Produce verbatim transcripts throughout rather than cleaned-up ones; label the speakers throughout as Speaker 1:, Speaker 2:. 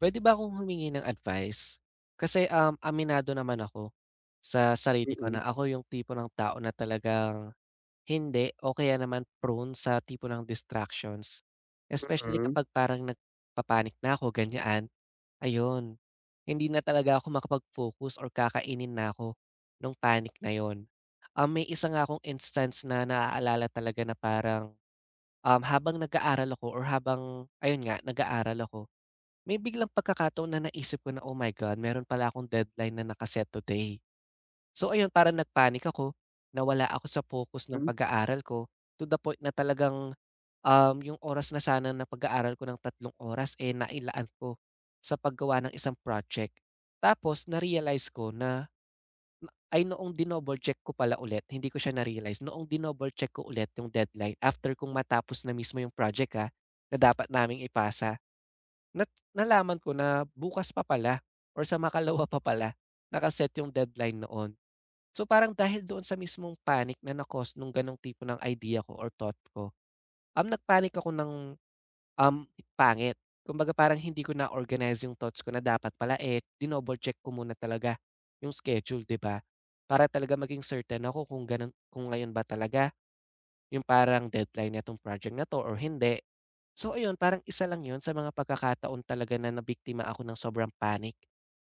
Speaker 1: Puwede ba akong humingi ng advice? Kasi, um, aminado naman ako sa sarili ko
Speaker 2: Mm,
Speaker 1: na ako yung tipo ng tao na talagang hindi o kaya naman prone sa tipo ng distractions. Especially
Speaker 2: mm,
Speaker 1: kapag parang nagpapanik na ako, ganyan, ayun, hindi na talaga ako makapag-focus or kakainin na ako nung panic na yon. Um, may isa nga akong instance na naaalala talaga na parang, um, habang nag-aaral ako or habang ayun nga, nag-aaral ako, may biglang pagkakataon na naisip ko na, "Oh my God, meron pala akong deadline na nakaset set today." So ayun, parang nag-panic ako, nawala ako sa focus ng
Speaker 2: hmm,
Speaker 1: pag-aaral ko to the point na talagang, um, yung oras na sana na pag-aaral ko ng tatlong oras, eh, nailaan ko sa paggawa ng isang project. Tapos na-realize ko na ay noong dinoble check ko pala ulit, hindi ko siya na-realize, noong dinoble check ko ulit yung deadline after kong matapos na mismo yung project, ah, na dapat naming ipasa. Nat nalaman ko na bukas pa pala or sa makalawa pa pala naka yung deadline noon. So, parang dahil doon sa mismong panic na na-cause nung gano'ng tipo ng idea ko or thought ko, um, nagpanic ako ng, um, pangit. Kumbaga parang hindi ko na-organize yung thoughts ko na dapat pala, eh, dinoble check ko muna talaga yung schedule, 'di ba? Para talaga maging certain ako kung gano'n kung ngayon ba talaga yung parang deadline nitong project na 'to or hindi. So ayun, parang isa lang yun sa mga pagkakataon talaga na nabiktima ako ng sobrang panic,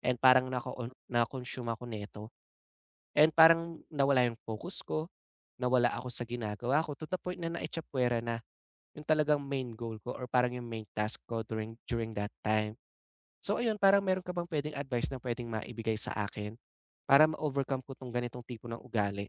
Speaker 1: and parang nako na-consume ako nito, and parang nawala yung focus ko, nawala ako sa ginagawa ko to the point na naitsapuwera na yung talagang main goal ko or parang yung main task ko during during that time. So ayun, parang meron ka bang pwedeng advice na pwedeng maibigay sa akin para ma-overcome ko 'tong ganitong tipo ng ugali?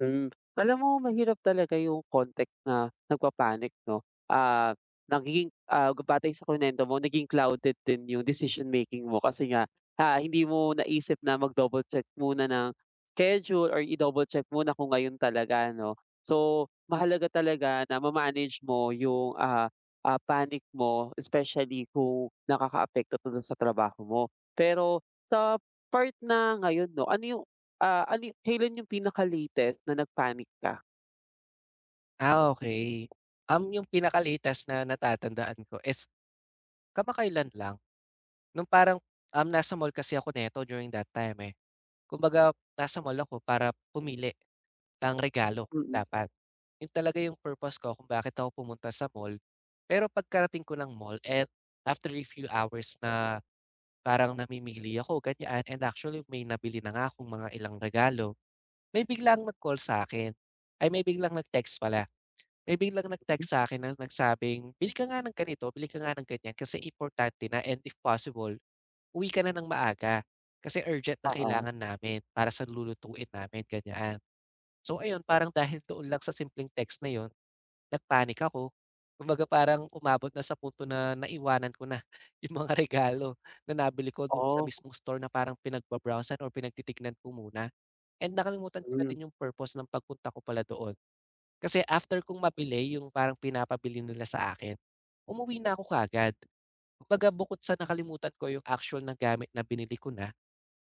Speaker 2: hmm. Alam mo mahirap talaga yung context na nagpa-panic 'no, ah, nagiging, ah, batay sa kinuwento mo naging clouded din yung decision making mo kasi nga, ha hindi mo naisip na mag-double check muna ng schedule or i-double check muna kung ngayon talaga 'no. So, mahalaga talaga na ma-manage mo yung, ah, ah, panic mo especially kung nakakaapekto to dun sa trabaho mo. Pero sa part na ngayon 'no, ano yung Ah, ano yu kailan yung pinaka-latest na nag-panic ka?
Speaker 1: Ah, okay. Um, yung pinaka-latest na natatandaan ko is kamakailan lang. Nung parang, um, nasa mall kasi ako neto during that time, eh. Kumbaga nasa mall ako para pumili ng regalo
Speaker 2: Mm.
Speaker 1: dapat. Yun talaga yung purpose ko kung bakit ako pumunta sa mall. Pero pagkarating ko ng mall, and after a few hours na parang namimili ako ganyan, and actually may nabili na nga akong mga ilang regalo, may biglang nag-call sa akin ay may biglang nag-text pala. May biglang nag-text sa akin na nagsabing, "Bili ka nga ng ganito, bili ka nga ng ganyan kasi importante na, and if possible, uwi ka na ng maaga kasi urgent na
Speaker 2: Oo.
Speaker 1: kailangan namin para sa lulutuin namin," ganyan. So ayun, parang dahil doon lang sa simpleng text na yon, nag-panic ako. Kumbaga parang umabot na sa punto na naiwanan ko na yung mga regalo na nabili ko doon sa
Speaker 2: Oh,
Speaker 1: mismong store na parang pinagba-browsan or pinagtitignan ko muna, and nakalimutan ko na
Speaker 2: hmm,
Speaker 1: din yung purpose ng pagpunta ko pala doon. Kasi after kong mabili yung parang pinapabili nila sa akin, umuwi na ako kaagad. Kumbaga bukod sa nakalimutan ko yung actual na gamit na binili ko na,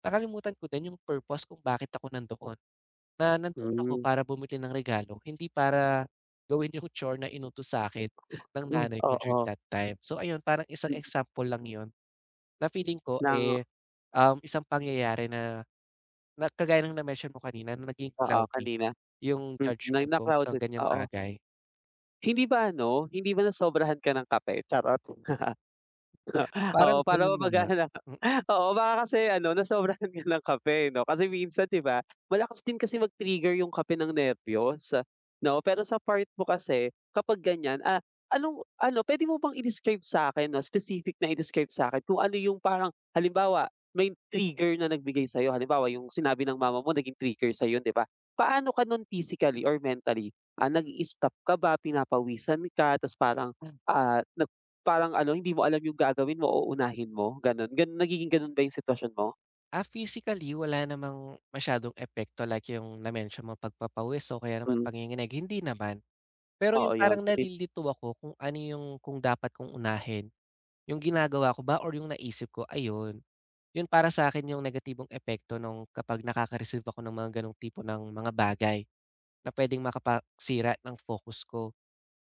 Speaker 1: nakalimutan ko din yung purpose kung bakit ako nandoon. Na nandoon ako
Speaker 2: hmm.
Speaker 1: para bumili ng regalo, hindi para gawin yung chore na inutos sa akin ng nanay ko during
Speaker 2: Oo,
Speaker 1: that time. So ayun, parang isang
Speaker 2: m
Speaker 1: example lang yun na feeling ko,
Speaker 2: ng
Speaker 1: eh, um, isang pangyayari na, na kagaya ng na-mention mo kanina na naging
Speaker 2: oo,
Speaker 1: cloudy
Speaker 2: kanina.
Speaker 1: yung
Speaker 2: Mm, na
Speaker 1: judgment ko sa
Speaker 2: na-crowded,
Speaker 1: ganyang
Speaker 2: oo.
Speaker 1: bagay.
Speaker 2: Hindi ba ano, hindi ba nasobrahan ka ng kape? Charot.
Speaker 1: Parang
Speaker 2: Oo, para
Speaker 1: gano'n na nga.
Speaker 2: mapagaan na.
Speaker 1: Mm.
Speaker 2: Oo, baka kasi ano nasobrahan ka ng kape 'no, kasi minsan 'di ba, malakas din kasi mag-trigger yung kape ng nerbiyos, 'no? Pero sa part mo kasi kapag ganyan, ah, anong ano pwede mo bang i-describe sa akin 'no, specific na i-describe sa akin kung ano yung parang halimbawa may trigger na nagbigay sa'yo, halimbawa yung sinabi ng mama mo naging trigger sa'yo 'di ba? Paano ka nun physically or mentally? Ah, nag stop ka ba, pinapawisan ka, ta's parang, ah, nag parang ano, hindi mo alam yung gagawin mo o uunahin mo, gano'n. Gan nagiging gano'n ba yung sitwasyon mo?
Speaker 1: Ah, physically wala namang masyadong epekto like yung na-mention mo pagpapawis o kaya naman
Speaker 2: Hmm,
Speaker 1: panginginig, hindi naman. Pero
Speaker 2: oo,
Speaker 1: yung
Speaker 2: yun
Speaker 1: parang
Speaker 2: pati
Speaker 1: nalilito ako kung ano yung kung dapat kong unahin, yung ginagawa ko ba or yung naisip ko, ayun. Yun para sa akin yung negatibong epekto nung kapag nakaka-receive ako ng mga gano'ng tipo ng mga bagay na pwedeng makapagsira ng focus ko.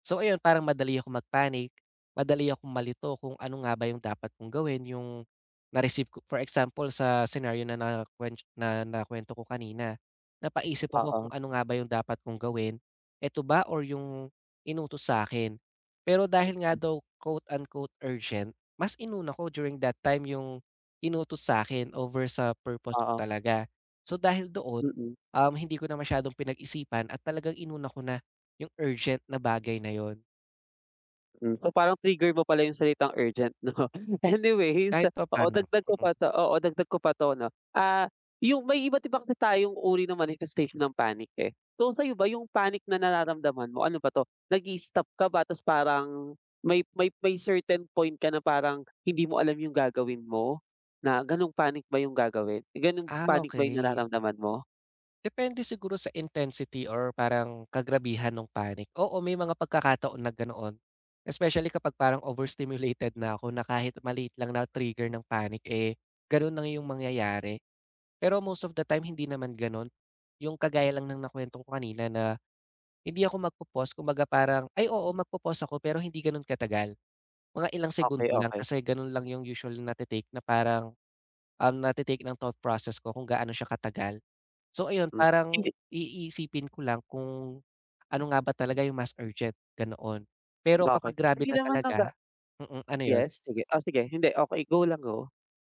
Speaker 1: So ayun, parang madali ako mag-panic, madali akong malito kung ano nga ba yung dapat kong gawin, yung na-receive ko for example sa scenario na nakuen na nakuwento ko kanina, napaisip ako
Speaker 2: oo,
Speaker 1: kung ano nga ba yung dapat kong gawin, eto ba or yung inutos sa akin. Pero dahil nga daw quote unquote urgent, mas inuna ko during that time yung inutos sa akin over sa purpose ko
Speaker 2: oo,
Speaker 1: talaga. So dahil doon,
Speaker 2: mm.
Speaker 1: um, hindi ko na masyadong pinag-isipan at talagang inuna ko na yung urgent na bagay na yun,
Speaker 2: Hmm, so parang trigger mo pala yung salitang urgent 'no? Anyways,
Speaker 1: kahit
Speaker 2: oo
Speaker 1: papaano. Mm.
Speaker 2: dagdag ko pa 'to oo dagdag ko pa 'to 'no, ah, yung may iba't iba kasi tayong uri ng manifestation ng panic, eh. So sa'yo ba yung panic na nararamdaman mo ano ba 'to, nag-i-stop ka ba ta's parang may may may certain point ka na parang hindi mo alam yung gagawin mo? Na gano'ng panic ba yung gagawin gano'ng
Speaker 1: Ah,
Speaker 2: panic ba yung
Speaker 1: okey.
Speaker 2: nararamdaman mo?
Speaker 1: Depende siguro sa intensity or parang kagrabihan nung panic. Oo, may mga pagkakataon na ganoon. Especially kapag parang overstimulated na ako na kahit maliit lang na trigger ng panic, eh, ganun na yung mangyayari. Pero most of the time hindi naman gano'n. Yung kagaya lang ng nakuwento ko kanina na hindi ako magpo-pause kumbaga parang, ay oo magpo-pause ako pero hindi gano'n katagal. Mga ilang segundo
Speaker 2: Okey,
Speaker 1: lang
Speaker 2: okey,
Speaker 1: kasi gano'n lang yung usual na nate na parang, um, nate ng thought process ko kung gaano siya katagal. So ayun,
Speaker 2: mm.
Speaker 1: parang
Speaker 2: Hindi
Speaker 1: iisipin ko lang kung ano nga ba talaga yung mas urgent, ganoon. Pero kapag
Speaker 2: okey.
Speaker 1: grabe
Speaker 2: Hindi
Speaker 1: na
Speaker 2: naman
Speaker 1: talaga
Speaker 2: naga
Speaker 1: mm, mm, ano yun?
Speaker 2: Yes, sige, oh sige, hindi okey, go lang, go.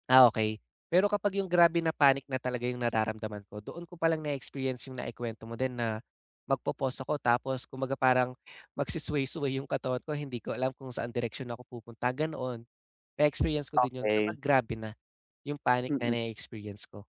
Speaker 1: Ah, okay. Pero kapag yung grabe na panic na talaga yung nararamdaman ko, doon ko palang na-experience yung naikuwento mo din na magpo-pause ako tapos kumbaga parang magsusway-sway yung katawan ko, hindi ko alam kung saan direksyon ako pupunta, ganoon. Na-experience ko din yun
Speaker 2: Okey.
Speaker 1: kapag grabe na yung panic na
Speaker 2: Mm.
Speaker 1: na experience ko.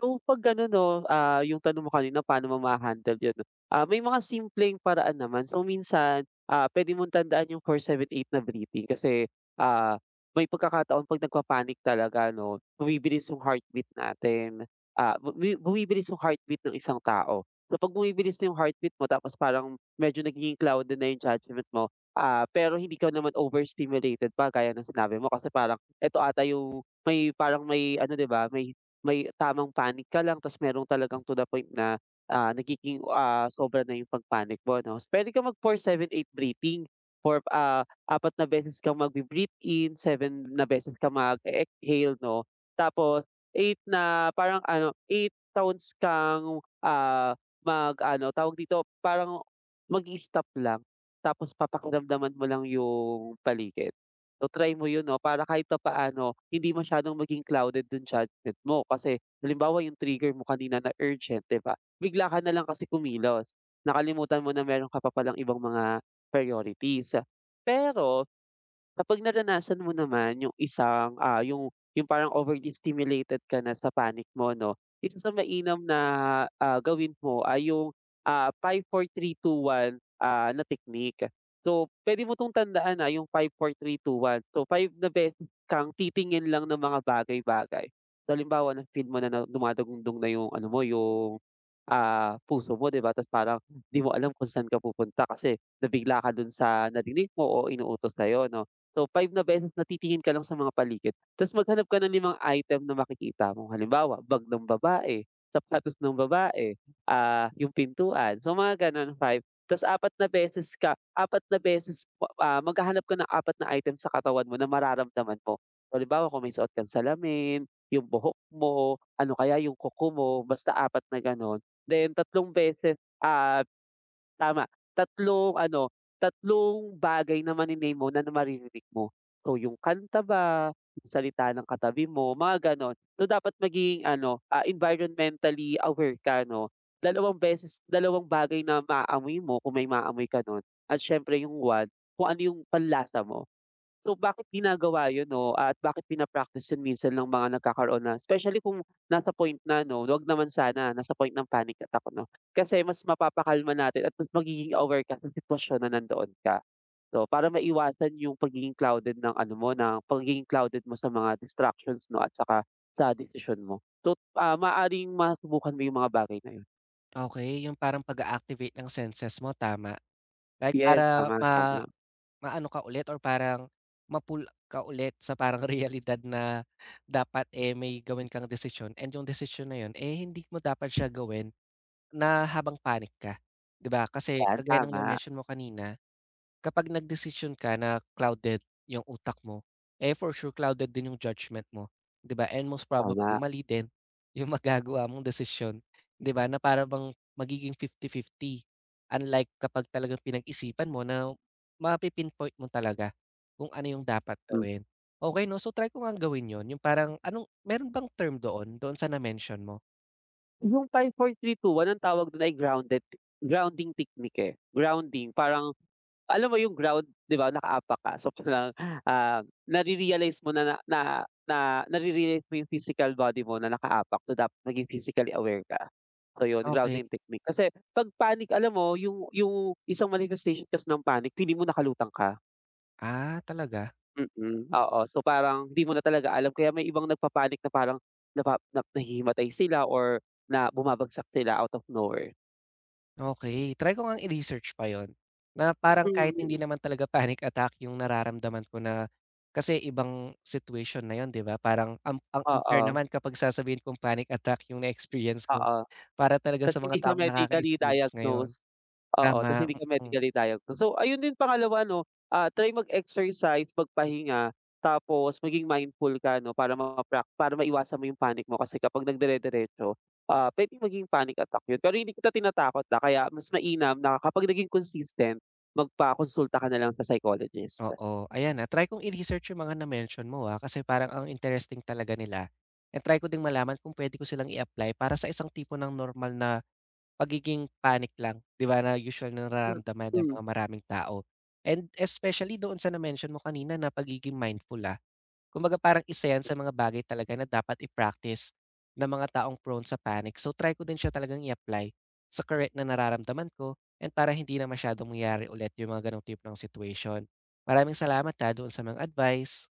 Speaker 2: So, 'pag gano'n 'no, ah, yung tanong mo kanina paano mo maha-handle yun 'no, ah, may mga simpleng paraan naman. So, minsan, ah, puwede mong tandaan yung four seven eight na breathing kasi, ah, may pagkakataon 'pag nagpa-panic talaga 'no, bumibilis yung heartbeat natin, ah, bumi bumibilis yung heartbeat ng isang tao. So, 'pag bumibilis na yung heartbeat mo tapos parang medyo nagiging clouded na yung judgment mo, ah, pero hindi ka naman overstimulated pa gaya ng sinabi mo kasi parang eto ata yung may parang may ano, 'di ba, may may tamang panic ka lang ta's merong talagang to the point na, ah, nagiging, ah, sobra na yung pag-panic mo 'no. Puwede ka mag four seven eight breathing. For, ah, apat na beses kang magbe-breathe in, seven na beses ka mag exhale 'no. Tapos eight na parang ano, eight counts kang, ah, mag-ano, tawag dito, parang mag stop lang tapos papakiramdaman mo lang yung paligid. So, try mo yun 'no, para kahit pa papaano hindi masyadong maging clouded yung judgment mo. Kasi halimbawa yung trigger mo kanina na urgent, 'di ba? Bigla ka na lang kasi kumilos, nakalimutan mo na meron ka pa palang ibang mga priorities. Pero kapag naranasan mo naman yung isang, ah, yung yung parang overly stimulated ka na sa panic mo 'no, isa sa mainam na, ah, gawin mo ay yung, ah, five, four, three, two, one, ah, na technique. So, pwede mo 'tong tandaan, na yung five four three two one. So, five na beses kang titingin lang ng mga bagay-bagay. So, halimbawa na-feel mo na na dumadagundong na yung ano mo, yung ah, puso mo 'di ba? Tapos parang di mo alam kung saan ka pupunta kasi nabigla ka dun sa narinig mo o inuutos sa'yo 'no. So five na beses na titingin ka lang sa mga paligid tapos maghanap ka ng limang item na makikita mo. Halimbawa, bag ng babae, sapatos ng babae, ah, yung pintuan. So mga gano'n five tapos apat na beses ka apat na beses, ah, maghahanap ka ng apat na item sa katawan mo na mararamdaman mo. So, halimbawa kung may suot kang salamin, yung buhok mo, ano kaya yung kuko mo, basta apat na gano'n. Then tatlong beses, ah, tama, tatlong ano, tatlong bagay na mane-name mo na maririnig mo. So yung kanta ba, yung salita ng katabi mo, mga gano'n. So dapat maging ano, ah, environmentally aware ka 'no. Dalawang beses dalawang bagay na maaamoy mo kung may maaamoy ka nun at siyempre yung one kung ano yung panlasa mo. So, bakit ginagawa yun 'no, at bakit pina-practice yun minsan ng mga nagkakaroon na especially kung nasa point na 'no, wag naman sana nasa point ng panic attack 'no. Kasi mas mapapakalma natin at mas magiging aware ka sa sitwasyon na nandoon ka. So, para maiwasan yung pagiging clouded ng ano mo, ng pagiging clouded mo sa mga distractions 'no, at saka sa decision mo. So, ah, maaring masubukan mo yung mga bagay na yun.
Speaker 1: Okay, yung parang pag-a-activate ng senses mo, tama. Like
Speaker 2: Yes,
Speaker 1: para
Speaker 2: tama,
Speaker 1: ma
Speaker 2: tama.
Speaker 1: Maano ka ulit or parang mapul ka ulit sa parang realidad na dapat, eh, may gawin kang desisyon, and yung desisyon na yun, eh, hindi mo dapat siya gawin na habang panic ka, 'di ba? Kasi
Speaker 2: Yan,
Speaker 1: kagaya ng
Speaker 2: tama,
Speaker 1: na-mention mo kanina. Kapag nagdesisyon ka na clouded yung utak mo, eh, for sure clouded din yung judgment mo, 'di ba? And most probably
Speaker 2: tama.
Speaker 1: mali din yung magagawa mong desisyon, 'di ba, na para bang magiging fifty fifty. Unlike kapag talagang pinag-isipan mo na mapi-pinpoint mo talaga kung ano yung dapat
Speaker 2: Mm.
Speaker 1: gawin. Okey 'no, so try ko ngang gawin yon. Yung parang anong meron bang term doon, doon sa na-mention mo?
Speaker 2: Yung five four, three two, one ang tawag dun ay grounded grounding technique, eh. Grounding parang alam mo yung ground 'di ba nakaapak ka so parang, ah, nare-realize mo na na na na nare-realize mo yung physical body mo na nakaapak so dapat maging physically aware ka. So yun,
Speaker 1: Okey.
Speaker 2: grounding technique. Kasi 'pag panic alam mo yung yung isang manifestation kasi ng panic hindi mo nakalutang ka.
Speaker 1: Ah, talaga?
Speaker 2: Mm, oo. So parang hindi mo na talaga alam kaya may ibang nagpapanik na parang napa na nahihimatay sila or na bumabagsak sila out of nowhere.
Speaker 1: Okey, try ko ngang i-research pa yun, na parang kahit hindi
Speaker 2: Mm,
Speaker 1: naman talaga panic attack yung nararamdaman ko na kasi ibang situation na yun 'di ba, parang ang ang unfair
Speaker 2: oo,
Speaker 1: naman kapag sasabihin kong panic attack yung na-experience ko
Speaker 2: oo.
Speaker 1: para talaga
Speaker 2: Tas
Speaker 1: sa mga
Speaker 2: hindi siya
Speaker 1: taong
Speaker 2: medically
Speaker 1: nakaka-experience ngayon.
Speaker 2: diagnosed, oo, tas
Speaker 1: Tama,
Speaker 2: hindi ka
Speaker 1: mm,
Speaker 2: medically diagnosed. So, ayun din pangalawa 'no, ah, try mag-exercise, magpahinga, tapos maging mindful ka 'no para maprak para maiwasan mo yung panic mo kasi kapag nagdire-diretso, ah, puwedeng maging panic attack yun. Pero hindi kita tinatakot, ah, kaya mas mainam na kapag naging consistent, magpakonsulta ka na lang sa psychologist.
Speaker 1: oo. Ayan, ah, try kong i-research yung mga na-mention mo, ah, kasi parang ang interesting talaga nila, and try ko ding malaman kung puwede ko silang i-apply para sa isang tipo ng normal na pagiging panic lang, 'di ba, na usual na
Speaker 2: Mm.
Speaker 1: nararamdaman ng mga
Speaker 2: Mm.
Speaker 1: maraming tao. And especially doon sa na-mention mo kanina na pagiging mindful, ah. Kumbaga parang isa 'yan sa mga bagay talaga na dapat i-practice ng mga taong prone sa panic. So, try ko din siya talagang i-apply sa current na nararamdaman ko, and para hindi na masyadong mangyari ulit yung mga gano'ng tipo ng situation. Maraming salamat, ah, doon sa mga advice.